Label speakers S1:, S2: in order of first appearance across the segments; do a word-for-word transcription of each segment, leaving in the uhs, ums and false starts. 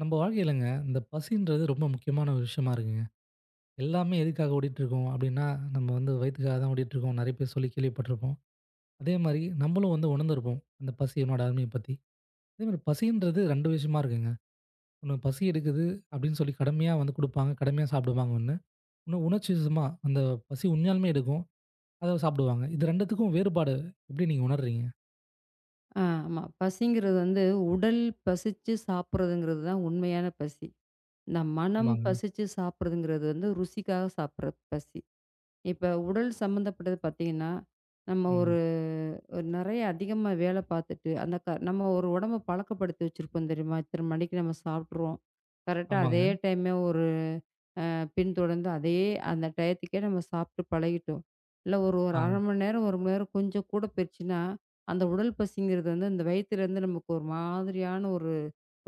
S1: நம்ம வாழ்க்கையிலங்க இந்த பசின்றது ரொம்ப முக்கியமான ஒரு விஷயமா இருக்குங்க. எல்லாமே எதுக்காக ஓடிட்டுருக்கோம் அப்டின்னா, நம்ம வந்து வயித்துக்காக தான் ஓடிட்டுருக்கோம். நெறைய பேர் சொல்லி கேள்விப்பட்டுருப்போம். அதே மாரி நம்மளும் வந்து உணர்ந்திருப்போம். அந்த பசியினோட அருமைய பத்தி. அதே மாரி பசின்றது ரெண்டு விஷயமா இருக்குங்க. ஒண்ணு பசி எடுக்குது அப்டின்னு சொல்லி கடமையா வந்து குடுப்பாங்க. கடமையா சாப்பிடுவாங்க ஒண்ணு. இன்னும் உணர்ச்சி வசமா அந்த பசி உண்மையாலுமே எடுக்கும். அத சாப்பிடுவாங்க. இது 2த்துக்கும் வேறுபாடு எப்டி நீங்க உணர்றீங்க?
S2: ஆ, ஆமா. பசிங்கிறது வந்து உடல் பசிச்சு சாப்பிடுறதுங்கிறது தான் உண்மையான பசி. இந்த மனம்
S1: ஆமாங்க.
S2: பசிச்சு சாப்பிடுறதுங்கிறது வந்து ருசிக்காக சாப்பிடுற பசி. இப்ப உடல் சம்மந்தப்பட்டது பார்த்தீங்கன்னா, நம்ம
S1: ம்.
S2: ஒரு நெறைய அதிகமா வேல பார்த்துட்டு, அந்த க நம்ம ஒரு உடம்ப பழக்கப்படுத்தி வச்சிருப்போம் தெரியுமா? இத்தன மணிக்கு நம்ம சாப்பிட்டுருவோம். கரெக்ட்டா அதே
S1: ஆமாங்க.
S2: டைமே ஒரு பின்தொடர்ந்து அதையே அந்த டயத்துக்கே நம்ம சாப்பிட்டு பழகிட்டோம். இல்ல ஒரு ஒரு அரை
S1: ஆ.
S2: மணி நேரம், ஒரு மணி நேரம் கொஞ்சம் கூட போயிருச்சுன்னா, அந்த உடல் பசிங்கிறது வந்து அந்த வயித்துலேருந்து நமக்கு ஒரு மாதிரியான ஒரு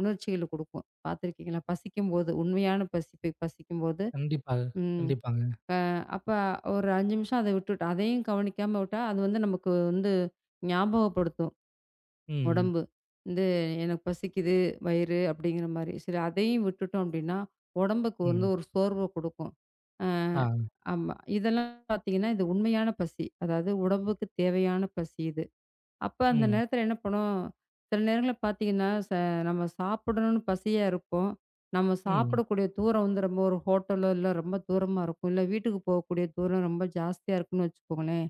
S2: உணர்ச்சிகள குடுக்கும். பார்த்துருக்கீங்களா? பசிக்கும்போது, உண்மையான பசி ப பசிக்கும்போது,
S1: கண்டிப்பாக.
S2: ம்
S1: கண்டிப்பாங்க.
S2: அப்ப ஒரு ஐந்து நிமிஷம் அத விட்டுட்டு அதையும் கவனிக்காம விட்டா, அது வந்து நமக்கு வந்து ஞாபகப்படுத்தும்.
S1: ம்.
S2: உடம்பு வந்து எனக்கு பசிக்குது வயிறு அப்படிங்கிற மாதிரி சரி அதையும் விட்டுட்டோம் அப்படின்னா உடம்புக்கு வந்து
S1: ம்.
S2: ஒரு சோர்வை கொடுக்கும். அஹ்
S1: ஆ.
S2: ஆமா இதெல்லாம் பார்த்தீங்கன்னா இது உண்மையான பசி அதாவது உடம்புக்கு தேவையான பசி இது. அப்போ அந்த
S1: ம்.
S2: நேரத்தில் என்ன பண்ணோம்? சில நேரங்களில் பார்த்தீங்கன்னா, ச நம்ம சாப்பிடணும்னு பசியாக இருப்போம். நம்ம
S1: ம்.
S2: சாப்பிடக்கூடிய தூரம் வந்து ரொம்ப ஒரு ஹோட்டலோ இல்லை ரொம்ப தூரமாக இருக்கும், இல்லை வீட்டுக்கு போகக்கூடிய தூரம் ரொம்ப ஜாஸ்தியாக இருக்குன்னு வச்சுக்கோங்களேன்.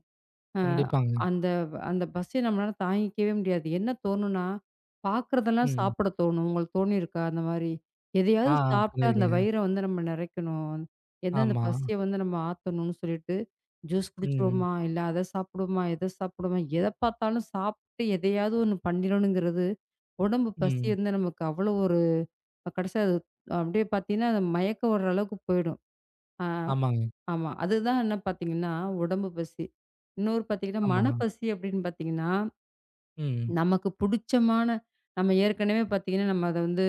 S2: அ
S1: கண்டிப்பாங்க.
S2: அந்த அந்த பஸ்ஸ நம்மளால தாங்கிக்கவே முடியாது. என்ன தோணும்னா, பார்க்குறதெல்லாம்
S1: ம்.
S2: சாப்பிட தோணும். உங்களுக்கு தோணியிருக்கா அந்த மாரி?
S1: ஆ,
S2: எதையாவது சாப்பிட்டா அந்த
S1: பண்ணியிருக்கேங்க.
S2: வயிற வந்து நம்ம நெறைக்கணும். எத அந்த
S1: ஆமா.
S2: பசிய வந்து நம்ம ஆத்தணும்னு சொல்லிட்டு, ஜூஸ்
S1: ம்.
S2: குடிச்சிருவோமா, இல்ல அத சாப்பிடுவோமா, இத சாப்பிடுவோமா, எத பார்த்தாலும் சாப்பிட்டு எதையாவது ஒண்ணு பண்ணிடணுங்கிறது, உடம்பு பசி
S1: ம்.
S2: வந்து நமக்கு அவ்வளோ ஒரு கடைசியா அது அப்படியே பார்த்தீங்கன்னா, மயக்கம் வர அளவுக்கு போயிடும். அ
S1: ஆமாங்க.
S2: ஆமா. அதுதான் என்ன பார்த்தீங்கன்னா, உடம்பு பசி. இன்னொரு பார்த்தீங்கன்னா,
S1: ஆமா.
S2: மனப்பசி அப்படின்னு பார்த்தீங்கன்னா,
S1: ம்.
S2: நமக்கு புடிச்சமான நம்ம ஏற்கனவே பார்த்தீங்கன்னா, நம்ம அத வந்து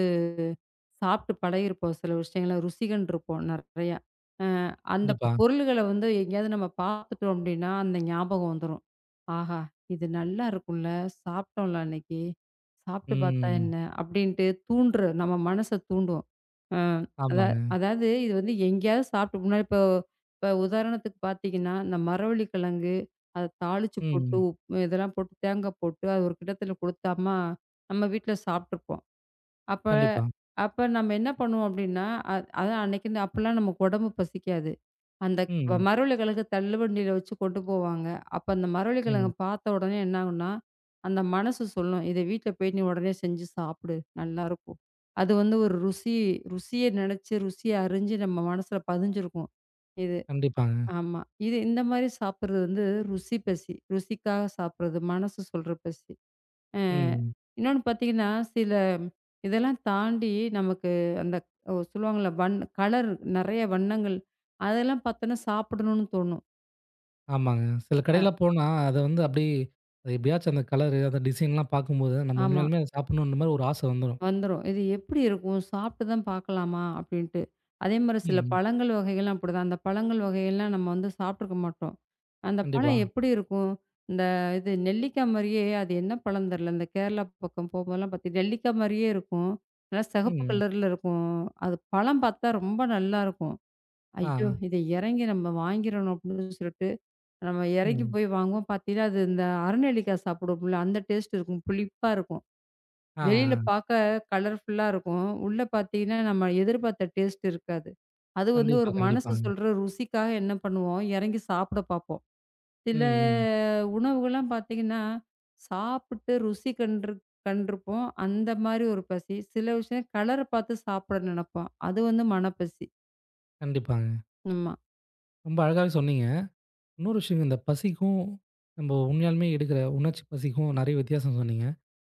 S2: சாப்ட்டு பழகியிருப்போம். சில விஷயங்கள ருசிகண்டிருப்போம் நெறையா. அ அந்த
S1: கண்டிப்பா.
S2: பொருள்கள வந்து எங்கேயாவது நம்ம பார்த்துட்டோம் அப்டின்னா, அந்த ஞாபகம் வந்துரும். ஆஹா! இது நல்லா இருக்கும்ல, சாப்ட்டோம்ல அன்னைக்கு. சாப்ட்டு பார்த்தா என்ன?
S1: ம்.
S2: அப்டின்ட்டு தூண்டுற நம்ம மனச தூண்டும். அ அதா
S1: ஆமாங்க.
S2: அதாவது இது வந்து எங்கேயாவது சாப்ட்டு முன்னாடி இப்போ இப்போ உதாரணத்துக்கு பார்த்தீங்கன்னா, இந்த மரவள்ளிக்கிழங்கு அத தாளிச்சு போட்டு,
S1: ம்.
S2: உப்பு இதெல்லாம் போட்டு தேங்காய் போட்டு, அது ஒரு கிண்ணத்துல குடுத்தாம்மா, நம்ம வீட்ல சாப்ட்டுருப்போம். அப்ப
S1: கண்டிப்பா.
S2: அப்ப நம்ம என்ன பண்ணுவோம் அப்டின்னா, அ அதான் அன்னைக்கு அப்பலாம் நமக்கு உடம்பு பசிக்காது. அந்த
S1: ம்.
S2: மரவள்ளி கிழங்கு தள்ளுவண்டியில வச்சு கொண்டு போவாங்க. அப்ப அந்த மரவள்ளி கிழங்க
S1: ம்.
S2: பார்த்த உடனே என்ன ஆகும்னா, அந்த மனசு சொல்லும், "இத வீட்ல போய் நீ உடனே செஞ்சு சாப்பிடு. நல்லாருக்கும்." அது வந்து ஒரு ருசி ருசிய நெனச்சு, ருசிய அறிஞ்சு நம்ம மனசுல பதிஞ்சிருக்கும். இது
S1: கண்டிப்பாங்க.
S2: ஆமா. இது இந்த மாரி சாப்பிடுறது வந்து ருசி பசி. ருசிக்காக சாப்பிடுறது. மனசு சொல்ற பசி. அ
S1: ம்.
S2: இன்னொன்னு பார்த்தீங்கன்னா, சில இதெல்லாம் தாண்டி நமக்கு அந்த ஒ சொல்லுவாங்கல்ல, வண் கலர் நெறைய வண்ணங்கள் அதெல்லாம் பார்த்தோன்னா சாப்பிடணும்னு தோணும்.
S1: ஆமாங்க. சில
S2: அ
S1: கடைலாம் போனா, அத வந்து அப்படியே அது எப்படியாச்சும் அந்த கலரு, அந்த டிசைன்லாம் பார்க்கும்போது, நம்ம
S2: ஆமா.
S1: உண்மையாலுமே அத சாப்பிடணுன்ற மாரி ஒரு ஆச வந்துரும்.
S2: வந்துரும். இது எப்படி இருக்கும்? சாப்பிட்டு தான் பார்க்கலாமா? அப்படின்ட்டு. அதே மாரி சில
S1: ம்.
S2: பழங்கள் வகைகள்லாம் அப்படிதான். அந்த பழங்கள் வகையெல்லாம் நம்ம வந்து சாப்பிட்டுருக்க மாட்டோம். அந்த
S1: கண்டிப்பா.
S2: பழம் எப்படி இருக்கும்? இந்த இது நெல்லிக்கா மாரியே அது என்ன பழம்னு தெரியல. இந்த கேரளா பக்கம் போம்போதெல்லாம் பார்த்தீங்கன்னா, நெல்லிக்கா மாரியே இருக்கும். நல்லா சிகப்பு
S1: ம்.
S2: கலர்ல இருக்கும். அது பழம் பார்த்தா ரொம்ப நல்லாருக்கும்.
S1: ஆ.
S2: ஐயோ! இத இறங்கி நம்ம வாங்கிறணும் அப்படின்னு சொல்லிட்டு, நம்ம இறங்கி
S1: ம்.
S2: போய் வாங்குவோம். பார்த்தீங்கன்னா, அது இந்த அரநெல்லிக்காய் சாப்பிடுவோம்ல, அந்த டேஸ்ட் இருக்கும். புளிப்பா இருக்கும்.
S1: ஆ,
S2: வெளியில
S1: ஆ.
S2: பாக்க கலர்ஃபுல்லா இருக்கும். உள்ள பாத்தீங்கன்னா, நம்ம எதிர்பார்த்த டேஸ்ட் இருக்காது. அது வந்து ஒரு
S1: கண்டிப்பா,
S2: மனசு
S1: கண்டிப்பாங்க.
S2: சொல்ற ருசிக்காக என்ன பண்ணுவோம், இறங்கி சாப்பிட பாப்போம்.
S1: ம்,
S2: சில
S1: ம்.
S2: உணவுகள்லாம் பாத்தீங்கன்னா, சாப்பிட்டு ருசி கன்று கண்டிருப்போம். அந்த மாரி ஒரு பசி. சில விஷயம் கலர பாத்து சாப்பிட நினைப்போம். அது வந்து மனப்பசி.
S1: கண்டிப்பாங்க.
S2: ஆமா,
S1: ரொம்ப அழகாவே சொன்னீங்க. இன்னொரு விஷயம் இந்த பசிக்கும், நம்ம உண்மையாலுமே எடுக்கிற உணர்ச்சி பசிக்கும் நெறைய வித்தியாசம் சொன்னீங்க.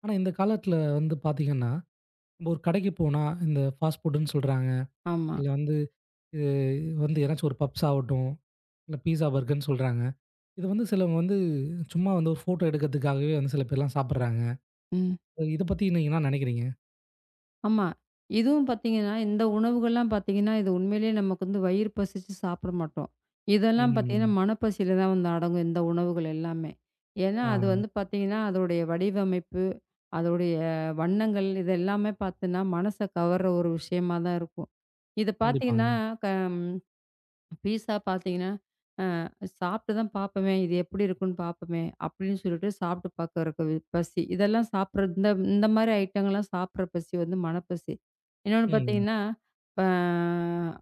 S1: ஆனா, இந்த காலத்தில வந்து பார்த்தீங்கன்னா, நம்ம ஒரு கடைக்கு போனா, இந்த ஃபாஸ்ட் ஃபுட்டுன்னு சொல்றாங்க.
S2: ஆமா.
S1: இல்ல வந்து இது வந்து ஏதாச்சும் ஒரு பப்ஸ் ஆகட்டும், இல்ல பீஸா, பர்கர்ன்னு சொல்றாங்க. இது வந்து சிலவங்க வந்து சும்மா வந்து ஒரு ஃபோட்டோ எடுக்கிறதுக்காகவே வந்து சில பேர்லாம் சாப்பிடுறாங்க.
S2: ம்.
S1: இத பத்தி நீங்க என்ன நெனைக்கிறீங்க?
S2: ஆமா. இதுவும் பார்த்தீங்கன்னா, இந்த உணவுகள்லாம் பார்த்தீங்கன்னா, இது உண்மையிலேயே நமக்கு வந்து வயிறு பசிச்சு சாப்பிட மாட்டோம். இதெல்லாம் பார்த்தீங்கன்னா,
S1: ம்.
S2: மனப்பசியில தான் வந்து அடங்கும் இந்த உணவுகள் எல்லாமே. ஏன்னா,
S1: ஆ
S2: அது வந்து பார்த்தீங்கன்னா, அதோடைய வடிவமைப்பு, அதோடைய வண்ணங்கள் இது எல்லாமே பார்த்தீன்னா, மனச கவர்ற ஒரு விஷயமா தான் இருக்கும். இது பார்த்தீங்கன்னா,
S1: கண்டிப்பாங்க.
S2: க பீஸா பார்த்தீங்கன்னா சாப்பிட்டு தான் பார்ப்போமே, இது எப்படி இருக்குன்னு பார்ப்போமே, அப்படின்னு சொல்லிட்டு சாப்பிட்டு பார்க்கறக்கு பசி. இதெல்லாம் சாப்பிடுறது இந்த இந்த மாரி ஐட்டங்கள்லாம் சாப்பிடுற பசி வந்து மனப்பசி. இன்னொன்னு
S1: ம்.
S2: பார்த்தீங்கன்னா, அ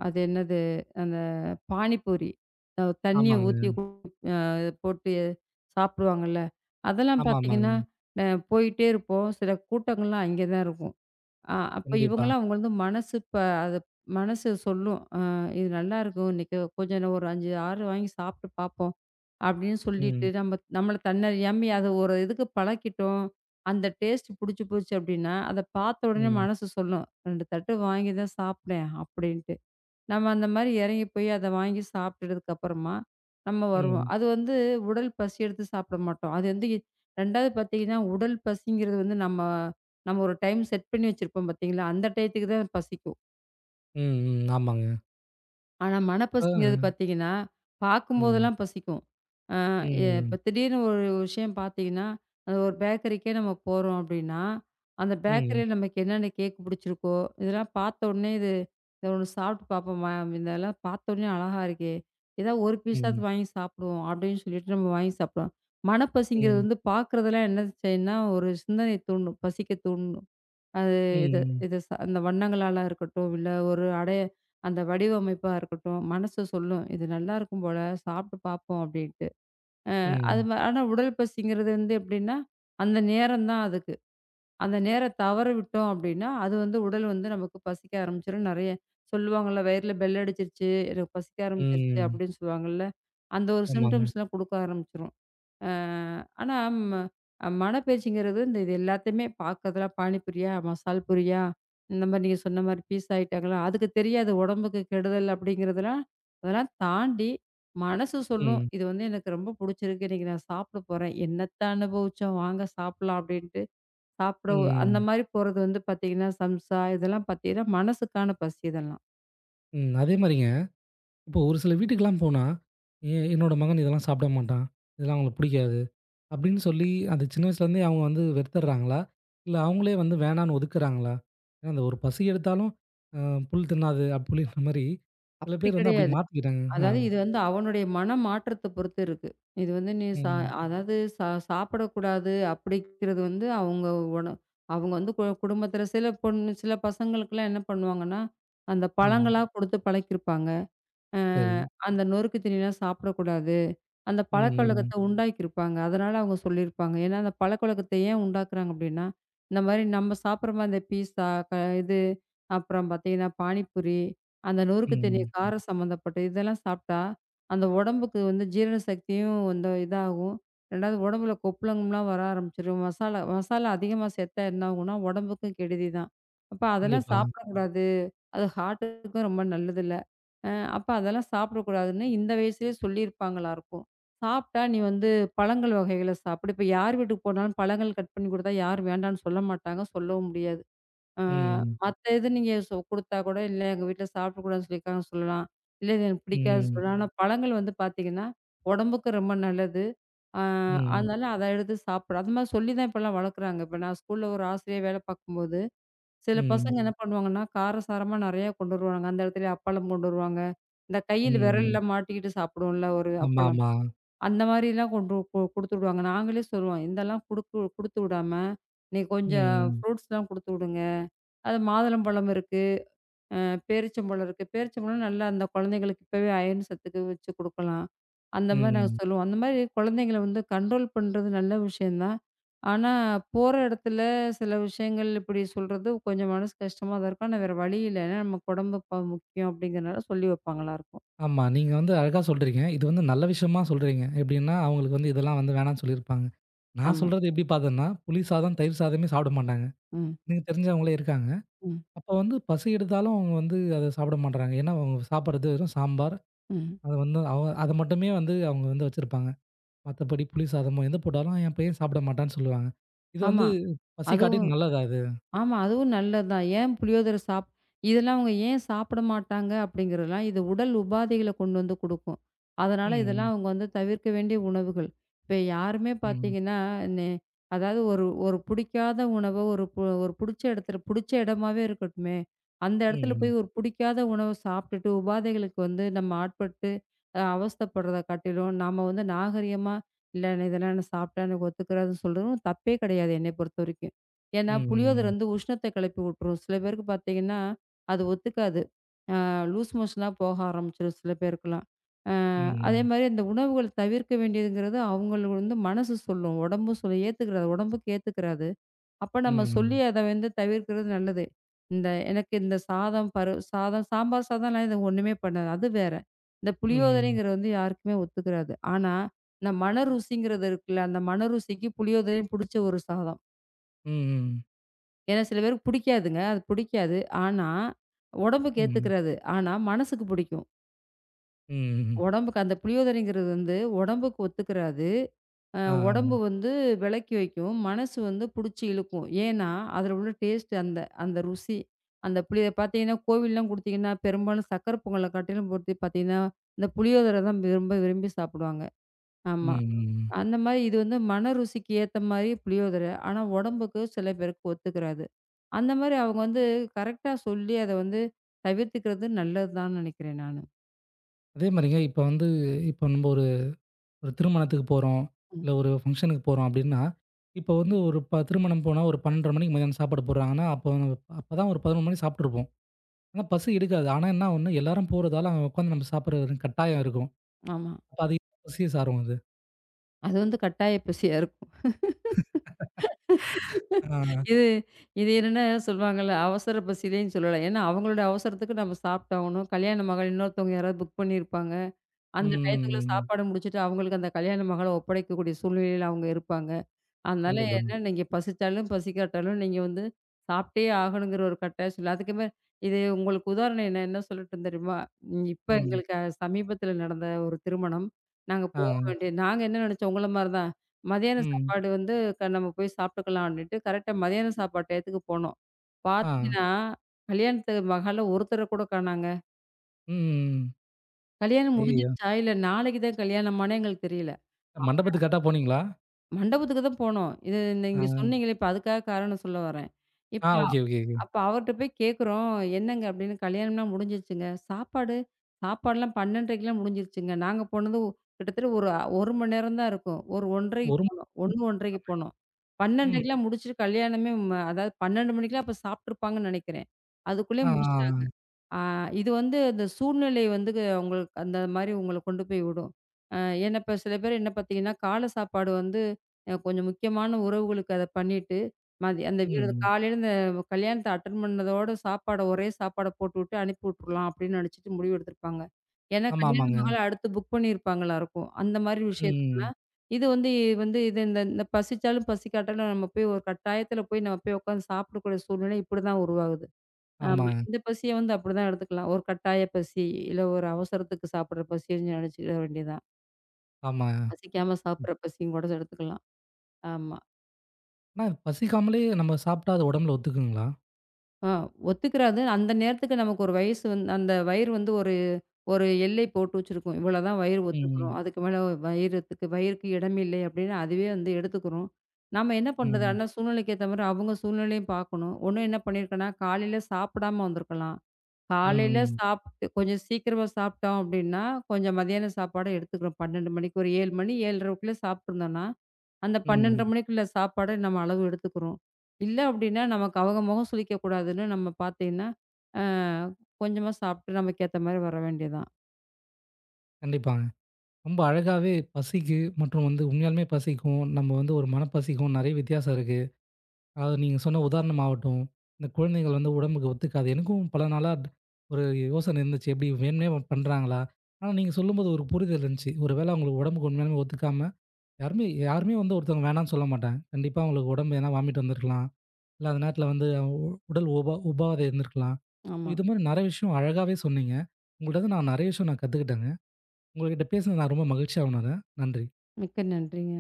S2: அது என்னது அந்த பானிபூரி அ தண்ணிய
S1: ஆமாங்க.
S2: ஊத்தி அ போட்டு சாப்பிடுவாங்கல்ல, அதெல்லாம்
S1: ஆமா,
S2: பார்த்தீங்கன்னா,
S1: ஆமாங்க.
S2: அ போயிட்டே இருப்போம். சில கூட்டங்கள்லாம் அங்கே தான் இருக்கும். ஆ அப்ப
S1: கண்டிப்பா.
S2: இவங்கலாம் அவங்க வந்து மனசு ப அது மனசு சொல்லும். அ இது நல்லாருக்கும். இன்னைக்கு கொஞ்சம் ந- ஒரு ஐந்து, ஆறு வாங்கி சாப்பிட்டு பார்ப்போம். அப்படின்னு சொல்லிட்டு
S1: ம்.
S2: நம்ம நம்மள தன்னறியாம அத ஒரு இதுக்கு பழக்கிட்டோம். அந்த டேஸ்ட் புடிச்சு போச்சு அப்படின்னா, அத பார்த்த உடனே
S1: ம்.
S2: மனசு சொல்லும். ரெண்டு தட்டு வாங்கி தான் சாப்பிட்டேன் அப்படின்னு. நம்ம அந்த மாரி இறங்கி போய் அத வாங்கி சாப்பிட்டதுக்கு அப்புறமா, நம்ம வருவோம்.
S1: ம்.
S2: அது வந்து உடல் பசி எடுத்து சாப்பிட மாட்டோம். அது வந்து 2வது பார்த்தீங்கன்னா, உடல் பசிங்கிறது வந்து நம்ம நம்ம ஒரு டைம் செட் பண்ணி வச்சிருப்போம் பார்த்தீங்களா? அந்த டயத்துக்கு தான் பசிக்கும்.
S1: ம். ம். ஆமாங்க.
S2: ஆனா,
S1: ஆ.
S2: மனப்பசிங்கிறது பார்த்தீங்கன்னா,
S1: ம்.
S2: பார்க்கும்போதெல்லாம் பசிக்கும். அ எ இப்ப
S1: ம்.
S2: திடீர்னு ஒரு விஷயம் பார்த்தீங்கன்னா, அது ஒரு பேக்கரிக்கே நம்ம போறோம் அப்படின்னா, அந்த
S1: ம்.
S2: பேக்கரியில நமக்கு என்னென்ன கேக் பிடிச்சிருக்கோ, இதெல்லாம் பார்த்த உடனே இது இத ஒண்ணு சாப்பிட்டு பார்ப்போமா, இதெல்லாம் பார்த்த உடனே அழகா இருக்கே! ஏதாவது ஒரு பீஸாவது
S1: ம்.
S2: வாங்கி சாப்பிடுவோம் அப்படின்னு சொல்லிட்டு நம்ம வாங்கி சாப்பிடுவோம். மனப்பசிங்கிறது
S1: ம்.
S2: வந்து பார்க்குறதெல்லாம் என்ன செய்யும்னா, ஒரு சிந்தனைய தூண்டும். பசிக்க தூண்டும். அது இது
S1: ம்.
S2: இது ச அந்த வண்ணங்களால இருக்கட்டும், இல்ல ஒரு அடைய அந்த வடிவமைப்பா இருக்கட்டும், மனசு சொல்லும். இது நல்லாயிருக்கும் போல, சாப்பிட்டு பார்ப்போம் அப்படின்ட்டு. அது
S1: ம்.
S2: ம ஆனா உடல் பசிங்கிறது வந்து எப்படின்னா, அந்த நேரம் தான் அதுக்கு. அந்த நேரம் தவற விட்டோம் அப்படின்னா, அது வந்து உடல் வந்து நமக்கு பசிக்க ஆரம்பிச்சுரும். நெறைய சொல்லுவாங்கள்ல, "வயிறுல பெல் அடிச்சிருச்சு, எனக்கு பசிக்க ஆரம்பிச்சிருச்சு"
S1: ம்.
S2: அப்படின்னு சொல்லுவாங்கள்ல. அந்த ஒரு
S1: ஆமாங்க.
S2: சிம்ப்டம்ஸ்லாம் குடுக்க ஆரம்பிச்சுரும். அ ஆனா ம மணப்பேச்சுங்கிறது இந்த இது எல்லாத்தையுமே பார்க்கறதெல்லாம் பானிபூரியா, மசால் பூரியா, இந்த மாரி நீங்க சொன்ன மாரி பீஸா ஐட்டங்களா, அதுக்கு தெரியாது உடம்புக்கு கெடுதல் அப்படிங்கிறதெல்லாம், அதெல்லாம் தாண்டி மனசு சொல்லும்.
S1: ம்.
S2: இது வந்து எனக்கு ரொம்ப புடிச்சிருக்கு. இன்னைக்கு நான் சாப்பிட போறேன். என்னத்த அனுபவிச்சோம் வாங்க சாப்பிடலாம் அப்படின்ட்டு சாப்பிட ஒ- அந்த
S1: ம்.
S2: மாரி போறது வந்து பார்த்தீங்கன்னா, சம்சா இதெல்லாம் பார்த்தீங்கன்னா, மனசுக்கான பசி இதெல்லாம்.
S1: ம். அதே மாரிங்க, இப்போ ஒரு சில வீட்டுக்குலாம் போனா, "என் என்னோட மகன் இதெல்லாம் சாப்பிட மாட்டான். இதெல்லாம் அவங்களுக்கு புடிக்காது." அப்படின்னு சொல்லி அந்த சின்ன வயசுலேருந்தே அவங்க வந்து வெறுத்துடுறாங்களா? இல்ல அவங்களே வந்து வேணான்னு ஒதுக்குறாங்களா? ஏன்னா அந்த ஒரு பசி எடுத்தாலும் அ புல் தின்னாது அப்படின்ற மாரி சில
S2: அப்படி
S1: பேர் வந்து அப்படி
S2: கிடையாது.
S1: மாத்திக்கிட்டாங்க. ஆ.
S2: அதாவது இது வந்து அவனுடைய மனமாற்றத்த பொறுத்து இருக்கு. இது வந்து நீ சா
S1: ம்.
S2: அதாவது சா சாப்பிடக்கூடாது அப்படிங்கிறது வந்து அவங்க உண அவங்க வந்து கு குடும்பத்தில சில பொண்ணு சில பசங்களுக்கெல்லாம் என்ன பண்ணுவாங்கன்னா, அந்த
S1: ம்.
S2: பழங்களா ம். குடுத்து பழக்கியிருப்பாங்க. அ
S1: சரி.
S2: அந்த நொறுக்கு தீனிலாம் சாப்பிடக்கூடாது. அந்த ம்.
S1: ம்.
S2: பழக்கவழக்கத்த உண்டாக்கியிருப்பாங்க. அதனால அவங்க சொல்லியிருப்பாங்க. ஏன்னா, அந்த பழக்கவழக்கத்த ஏன் உண்டாக்குறாங்க அப்டின்னா, இந்த மாரி நம்ம சாப்பிடுற மாரி இந்த பீஸா, க இது அப்புறம் பார்த்தீங்கன்னா, பானிபூரி, அந்த நொறுக்கு
S1: ம்.
S2: தீனி
S1: ம்.
S2: ம். காரம் சம்மந்தப்பட்ட இதெல்லாம் சாப்ட்டா, அந்த உடம்புக்கு வந்து ஜீரண சக்தியும் வந்து இதாகும். 2வது உடம்புல கொப்பளம்லாம் வர ஆரம்பிச்சுரும். மசாலா மசாலா அதிகமா சேர்த்தா என்ன ஆகும்னா, உடம்புக்கும் கெடுதி தான். அப்ப அதெல்லாம் ம். ம்.
S1: கண்டிப்பா.
S2: சாப்பிடக்கூடாது. அது ஹார்ட்டுக்கும் ரொம்ப நல்லதில்ல. அ அப்ப அதெல்லாம் சாப்பிடக்கூடாதுன்னு இந்த வயசுலயே சொல்லியிருப்பாங்களா இருக்கும். சாப்பிட்டா நீ வந்து பழங்கள் வகைகள சாப்பிடு. இப்ப யார் வீட்டுக்கு போனாலும் பழங்கள் கட் பண்ணி குடுத்தா யாரும் வேண்டான்னு சொல்ல மாட்டாங்க. சொல்லவும் முடியாது. அ
S1: ம்.
S2: மத்த இது நீங்க சொ குடுத்தா கூட, இல்ல எங்க வீட்ல சாப்பிடக்கூடாதுன்னு சொல்லியிருக்காங்கன்னு சொல்லலாம். இல்ல இது எனக்கு பிடிக்காதுன்னு
S1: ம்.
S2: சொல்லலாம். ஆனா ம். பழங்கள் வந்து பார்த்தீங்கன்னா, உடம்புக்கு ரொம்ப நல்லது. அ
S1: ம்.
S2: அதனால அத எடுத்து சாப்பிடு. அது மாரி சொல்லி தான் இப்பலாம் வளர்க்குறாங்க. இப்ப நான் ஸ்கூல்ல ஒரு ஆசிரியையா வேலை பார்க்கும்போது சில பசங்க
S1: ம்.
S2: ம். என்ன ம். பண்ணுவாங்கன்னா, காரசாரமா நெறையா கொண்டு வருவாங்க. அந்த இடத்துலயே அப்பளம் கொண்டு வருவாங்க. இந்த கையில்
S1: ம்.
S2: விரல்ல மாட்டிக்கிட்டு சாப்பிடுவோம்ல ஒரு அப்பளம்.
S1: ஆமாமா.
S2: அந்த மாரிலாம் கொண்டு கு குடுத்து விடுவாங்க. நாங்களே சொல்லுவோம், இதெல்லாம் குடுக்கு குடுத்து விடாம, நீ கொஞ்சம்
S1: ம்.
S2: ஃப்ரூட்ஸ்லாம் குடுத்து விடுங்க. அது மாதுளம்பழம் இருக்கு. பேரிச்சம்பழம் இருக்கு. பேரிச்சம்பழம் நல்லா அந்த குழந்தைங்களுக்கு இப்பவே அயர்ன் சத்துக்கு வச்சு குடுக்கலாம். அந்த மாரி நாங்க
S1: ம்.
S2: சொல்லுவோம். அந்த மாரி குழந்தைங்கள வந்து கண்ட்ரோல் பண்றது நல்ல விஷயம் தான். ஆனா, போற இடத்துல சில விஷயங்கள் இப்படி சொல்றது கொஞ்சம் மனசு கஷ்டமா தான் இருக்கும். ஆனா வேற வழி இல்ல. ஏன்னா நமக்கு உடம்பு இப்ப முக்கியம் அப்படிங்கிறனால சொல்லி வைப்பாங்களா இருக்கும்.
S1: ஆமா. நீங்க வந்து அழகா சொல்றீங்க. இது வந்து நல்ல விஷயமா சொல்றீங்க. எப்படின்னா, அவங்களுக்கு வந்து இதெல்லாம் வந்து வேணான்னு சொல்லியிருப்பாங்க. நான்
S2: ஆமா.
S1: சொல்றது எப்படி பார்த்தேன்னா, புளி சாதம், தயிர் சாதமே சாப்பிட மாட்டாங்க.
S2: ம்,
S1: எனக்கு தெரிஞ்சவங்களே இருக்காங்க.
S2: ம்,
S1: அப்போ வந்து பசி எடுத்தாலும் அவங்க வந்து அத சாப்பிட மாட்றாங்க. ஏன்னா, அவங்க சாப்பிடுறது வெறும் சாம்பார்,
S2: ம்.
S1: அது வந்து அவ அத மட்டுமே வந்து அவங்க வந்து வச்சிருப்பாங்க. மத்தபடி புளி சாதமோ எது போட்டாலும் என் பையன் சாப்பிட மாட்டான்னு சொல்லுவாங்க. இது வந்து
S2: ஆமா.
S1: பசி காட்டி
S2: அதுவும்
S1: நல்லதா இது?
S2: ஆமா. அதுவும் நல்லதுதான். ஏன் புளியோதரை சாப் இதெல்லாம் அவங்க ஏன் சாப்பிட மாட்டாங்க அப்படிங்கிறதெல்லாம், இது உடல் உபாதைகள கொண்டு வந்து குடுக்கும். அதனால இதெல்லாம்
S1: ம்.
S2: அவங்க வந்து தவிர்க்க வேண்டிய உணவுகள். இப்ப யாருமே
S1: ம்.
S2: பார்த்தீங்கன்னா, நெ அதாவது ஒரு ஒரு புடிக்காத உணவ ஒரு பு ஒரு புடிச்ச இடத்துல புடிச்ச இடமாவே இருக்கட்டுமே, அந்த இடத்துல போய்
S1: ம்.
S2: ஒரு புடிக்காத உணவ சாப்பிட்டுட்டு உபாதைகளுக்கு வந்து நம்ம ஆட்பட்டு அ அவஸ்தைப்படுறத காட்டிலும், நாம வந்து நாகரிகமா, இல்ல இதெல்லாம் நான் சாப்பிட்டா எனக்கு ஒத்துக்கிறாதுன்னு சொல்றதும் தப்பே கிடையாது என்னைய பொறுத்தவரைக்கும். ஏன்னா, புளியோதரை
S1: ம்.
S2: வந்து உஷ்ணத்த கிளப்பி விட்டுரும். சில பேருக்கு பார்த்தீங்கன்னா, அது ஒத்துக்காது. அ லூஸ் மோஷனா போக ஆரம்பிச்சுரும் சில பேருக்குலாம். அ
S1: ம். ம்.
S2: அதேமாரி இந்த உணவுகள் தவிர்க்க வேண்டியதுங்கிறது அவங்களுக்கு வந்து மனசு சொல்லும். உடம்பு சொல்லி ஏத்துக்கிறாது. உடம்புக்கு ஏத்துக்கிறாது. அப்ப நம்ம சொல்லி
S1: ம்.
S2: அத வந்து தவிர்க்கிறது நல்லது. இந்த எனக்கு இந்த சாதம், பரு சாதம், சாம்பார் சாதம்லாம் இது ஒண்ணுமே பண்ணாது. அது வேற. இந்த
S1: ம்.
S2: புளியோதரைங்கிறது வந்து யாருக்குமே ஒத்துக்கிறாது. ஆனா, இந்த மண ருசிங்கிறது இருக்குல்ல, அந்த மண ருசிக்கு புளியோதரையும் புடிச்ச ஒரு சாதம்.
S1: ம்.
S2: ஏன்னா சில பேருக்கு பிடிக்காதுங்க. அது பிடிக்காது. ஆனா, உடம்புக்கு
S1: ம்.
S2: ஏத்துக்கிறாது. ஆனா, மனசுக்கு பிடிக்கும்.
S1: ம்.
S2: உடம்புக்கு அந்த புளியோதரைங்கிறது வந்து உடம்புக்கு ஒத்துக்கிறாது. அ
S1: ஆ.
S2: உடம்பு வந்து விலக்கி வைக்கும். மனசு வந்து புடிச்சு இழுக்கும். ஏன்னா, அதில உள்ள டேஸ்ட் அந்த அந்த ருசி. அந்த புளிய பார்த்தீங்கன்னா, கோவில்லாம் குடுத்தீங்கன்னா, பெரும்பாலும் சக்கரை பொங்கல காட்டிலும் போட்டு பார்த்தீங்கன்னா, இந்த புளியோதரை தான் விரும்ப விரும்பி சாப்பிடுவாங்க. ஆமா.
S1: ம். ம்.
S2: அந்த மாரி இது வந்து மன ருசிக்கு ஏத்த மாரி புளியோதரை. ஆனா, உடம்புக்கு சில பேருக்கு ஒத்துக்கிறாது. அந்த மாரி அவங்க வந்து கரெக்ட்டா சொல்லி அத வந்து தவிர்த்துக்கிறது நல்லதுதான்னு நெனைக்கிறேன் நானு.
S1: அதே மாரிங்க இப்ப வந்து இப்ப நம்ம ஒரு ஒரு திருமணத்துக்கு போறோம்.
S2: ம்.
S1: இல்ல ஒரு ஃபங்ஷனுக்கு போறோம் அப்டின்னா, இப்ப வந்து ஒரு ப திருமணம் போனா ஒரு பன்னிரண்டு முப்பது மணிக்கு மதியானம் சாப்பாடு போடுறாங்கன்னா, அப்ப அப்பதான் ஒரு பதினொன்று மணி சாப்ட்டுருப்போம். ஆனா பசி எடுக்காது. ஆனா என்ன ஒண்ணு எல்லாரும் போறதால அங்க உட்காந்து நம்ம சாப்பிடுறது கட்டாயம் இருக்கும்.
S2: ஆமா.
S1: அப்ப அது பசிய சாரும் அது.
S2: அது வந்து கட்டாய பசியா இருக்கும்.
S1: ஆ.
S2: இது இது என்னன்னா சொல்லுவாங்கல்ல, அவசர பசியிலேன்னு சொல்லலாம். ஏன்னா, அவங்களோட அவசரத்துக்கு நம்ம சாப்பிட்டாகணும். கல்யாண மகள் இன்னொருத்தவங்க யாராவது புக் பண்ணியிருப்பாங்க. அந்த டயத்துக்குள்ள
S1: ம்.
S2: சாப்பாடு முடிச்சுட்டு அவங்களுக்கு அந்த கல்யாண மகள ஒப்படைக்கக்கூடிய சூழ்நிலையில அவங்க இருப்பாங்க. அதனால
S1: கண்டிப்பாங்க.
S2: என்ன நீங்க பசிச்சாலும், பசிக்காட்டாலும் நீங்க வந்து சாப்பிட்டே ஆகணுங்கிற ஒரு கட்டாயம் சொல்ல. அதுக்கு மேல இது உங்களுக்கு உதாரணம் என்ன என்ன சொல்லட்டும் தெரியுமா? ம் இப்ப
S1: ம்.
S2: எங்களுக்கு சமீபத்தில நடந்த ஒரு திருமணம். நாங்க போக
S1: ஆ.
S2: வேண்டிய நாங்க என்ன நெனச்சோம் உங்கள மாரி தான். மதியான
S1: ம்.
S2: சாப்பாடு வந்து க நம்ம போய் சாப்பிட்டுக்கலாம் அப்டின்ட்டு கரெக்ட்டா மதியான சாப்பாடு டயத்துக்கு போனோம்.
S1: ஆ.
S2: பாத்தீங்கன்னா, கல்யாணத்து மகால்ல ஒருத்தர கூட காணாங்க.
S1: ம்.
S2: கல்யாணம்
S1: ஐயய்யோ!
S2: முடிஞ்சிருச்சா? இல்ல நாளைக்கு தான் கல்யாணமான்னே எங்களுக்கு தெரியல.
S1: மண்டபத்துக்கு கரெக்ட்டா போனீங்களா?
S2: மண்டபத்துக்கு தான் போனோம். இது
S1: ஆ.
S2: நீங்க ம். சொன்னீங்களே, இப்ப அதுக்காக காரணம் சொல்ல வரேன்.
S1: ஆ.
S2: இப்ப
S1: ஓகே, ஓகே.
S2: அப்ப அவர்ட்ட போய் கேட்குறோம், "என்னங்க?" அப்படின்னு, "கல்யாணம்லாம் முடிஞ்சிருச்சுங்க." "சாப்பாடு?" "சாப்பாடுலாம் 12:30க்கெல்லாம் முடிஞ்சிருச்சுங்க." நாங்க போனது ஒ- கிட்டத்தட்ட ஒரு 1 மணி நேரம் தான் இருக்கும். ஒரு 1:30க்கு
S1: ஒரு
S2: போனோம். ஒன்று, 1:30க்கு போனோம்.
S1: ம்.
S2: 12:30க்கெல்லாம் முடிச்சுட்டு கல்யாணமே ம அதாவது பன்னிரெண்டு மணிக்கெல்லாம் அப்ப சாப்ட்டுருப்பாங்கன்னு நெனைக்கிறேன். அதுக்குள்ளே
S1: ஆ, ஆ, ஆ.
S2: முடிச்சுட்டாங்க. ஆ இது வந்து அந்த சூழ்நிலை வந்து உங்களுக்கு அந்த மாரி உங்கள கொண்டு போய் விடும். அ ஏன்னா இப்ப சில பேர் என்ன பார்த்தீங்கன்னா, காலை சாப்பாடு வந்து அ கொஞ்சம் முக்கியமான உறவுகளுக்கு அத பண்ணிட்டு, மதி அந்த வீடு
S1: ம்.
S2: காலையில இந்த கல்யாணத்த அட்டெண்ட் பண்ணதோட சாப்பாட ஒரே சாப்பாட போட்டுவிட்டு அனுப்பி விட்டுறலாம் அப்படின்னு நினைச்சுட்டு முடிவு எடுத்திருப்பாங்க. ஏன்னா
S1: ஆமா,
S2: கல்யாண
S1: ஆமாங்க.
S2: மகள அடுத்து புக் பண்ணியிருப்பாங்களா இருக்கும். அந்த மாதிரி
S1: ம்.
S2: விஷயத்துக்குலாம் இது வந்து இது வந்து இது இந்த இந்த பசிச்சாலும் பசிக்காட்டாலும் நம்ம போய் ஒரு கட்டாயத்துல போய் நம்ம போய் உட்காந்து சாப்பிடக்கூடிய சூழ்நிலை இப்படிதான் உருவாகுது.
S1: ஆமா,
S2: ஆமா. இந்த பசிய வந்து அப்படிதான் எடுத்துக்கலாம். ஒரு கட்டாய பசி, இல்ல ஒரு அவசரத்துக்கு சாப்பிடுற பசின்னு நினைச்சுக்க வேண்டியதான்.
S1: ஆமா.
S2: பசிக்காம
S1: ம்.
S2: சாப்பிடுற பசின்னு கூட எடுத்துக்கலாம். ஆமா.
S1: ஆனா பசிக்காமலே நம்ம சாப்பிட்டா அது உடம்புல ஒத்துக்குங்களா?
S2: ஆ ஒத்துக்கிறாது. அந்த நேரத்துக்கு நமக்கு ஒரு வயசு வந்து அந்த வயிறு வந்து ஒரு ஒரு எல்லை போட்டு வச்சிருக்கும். இவ்வளோதான் வயிறு ஒத்துக்கிறோம்.
S1: ம்.
S2: அதுக்கு மேல வயிறத்துக்கு வயிறுக்கு இடமில்லை அப்படின்னு அதுவே வந்து எடுத்துக்கிறோம். நம்ம என்ன பண்றது?
S1: ம்.
S2: ஆனா சூழ்நிலைக்கு ஏத்த மாரி அவங்க சூழ்நிலையும் பார்க்கணும். ஒண்ணும் என்ன பண்ணியிருக்கேன்னா, காலையில சாப்பிடாம வந்திருக்கலாம். காலையில
S1: ம்.
S2: சாப்பிட்டு கொஞ்சம் சீக்கிரமா சாப்பிட்டோம் அப்படின்னா, கொஞ்சம் மதியான சாப்பாட எடுத்துக்கிறோம். பன்னிரெண்டு மணிக்கு ஒரு ஏழு மணி 7:30க்குள்ள சாப்பிட்டுருந்தோம்னா, அந்த
S1: ம்.
S2: பன்னிரெண்டு முப்பது மணிக்குள்ள சாப்பாடு நம்ம அளவு எடுத்துக்கிறோம். இல்ல அப்டின்னா, நமக்கு அவங்க முகம் சுளிக்கக்கூடாதுன்னு நம்ம பார்த்தீங்கன்னா, அ கொஞ்சமா சாப்ட்டு நமக்கு ஏத்த மாரி வர வேண்டியது தான்.
S1: கண்டிப்பாங்க. ரொம்ப அழகாவே பசிக்கு மற்றும் வந்து உண்மையாலுமே பசிக்கும், நம்ம வந்து ஒரு மனப்பசிக்கும் நெறைய வித்தியாசம் இருக்கு. அது நீங்க சொன்ன உதாரணமாகட்டும், இந்த குழந்தைகள் வந்து உடம்புக்கு ஒத்துக்காது. எனக்கும் பல நாளா ஒரு யோசனை இருந்துச்சு. எப்டி வேணும்னே பண்றாங்களா? ஆனா நீங்க சொல்லும்போது ஒரு புரிதல் இருந்துச்சு. ஒரு வேளை அவங்களுக்கு உடம்புக்கு உண்மையாலுமே ஒத்துக்காம யாருமே யாருமே வந்து ஒருத்தவங்க வேணான்னு சொல்ல மாட்டேன். கண்டிப்பா அவங்களுக்கு உடம்பு எதனா வாமிட் வந்திருக்கலாம். இல்ல அந்த நேரத்தில வந்து அவங்க உ உடல் உபா உபாதை இருந்திருக்கலாம். So,
S2: ஆமா.
S1: இது மாரி நெறைய விஷயம் அழகாவே சொன்னீங்க. உங்கள்ட்ட இருந்து நான் நெறைய விஷயம் நான் கத்துக்கிட்டேங்க. உங்ககிட்ட பேசினது நான் ரொம்ப மகிழ்ச்சியா உணர்றேன். நன்றி.
S2: மிக்க நன்றிங்க.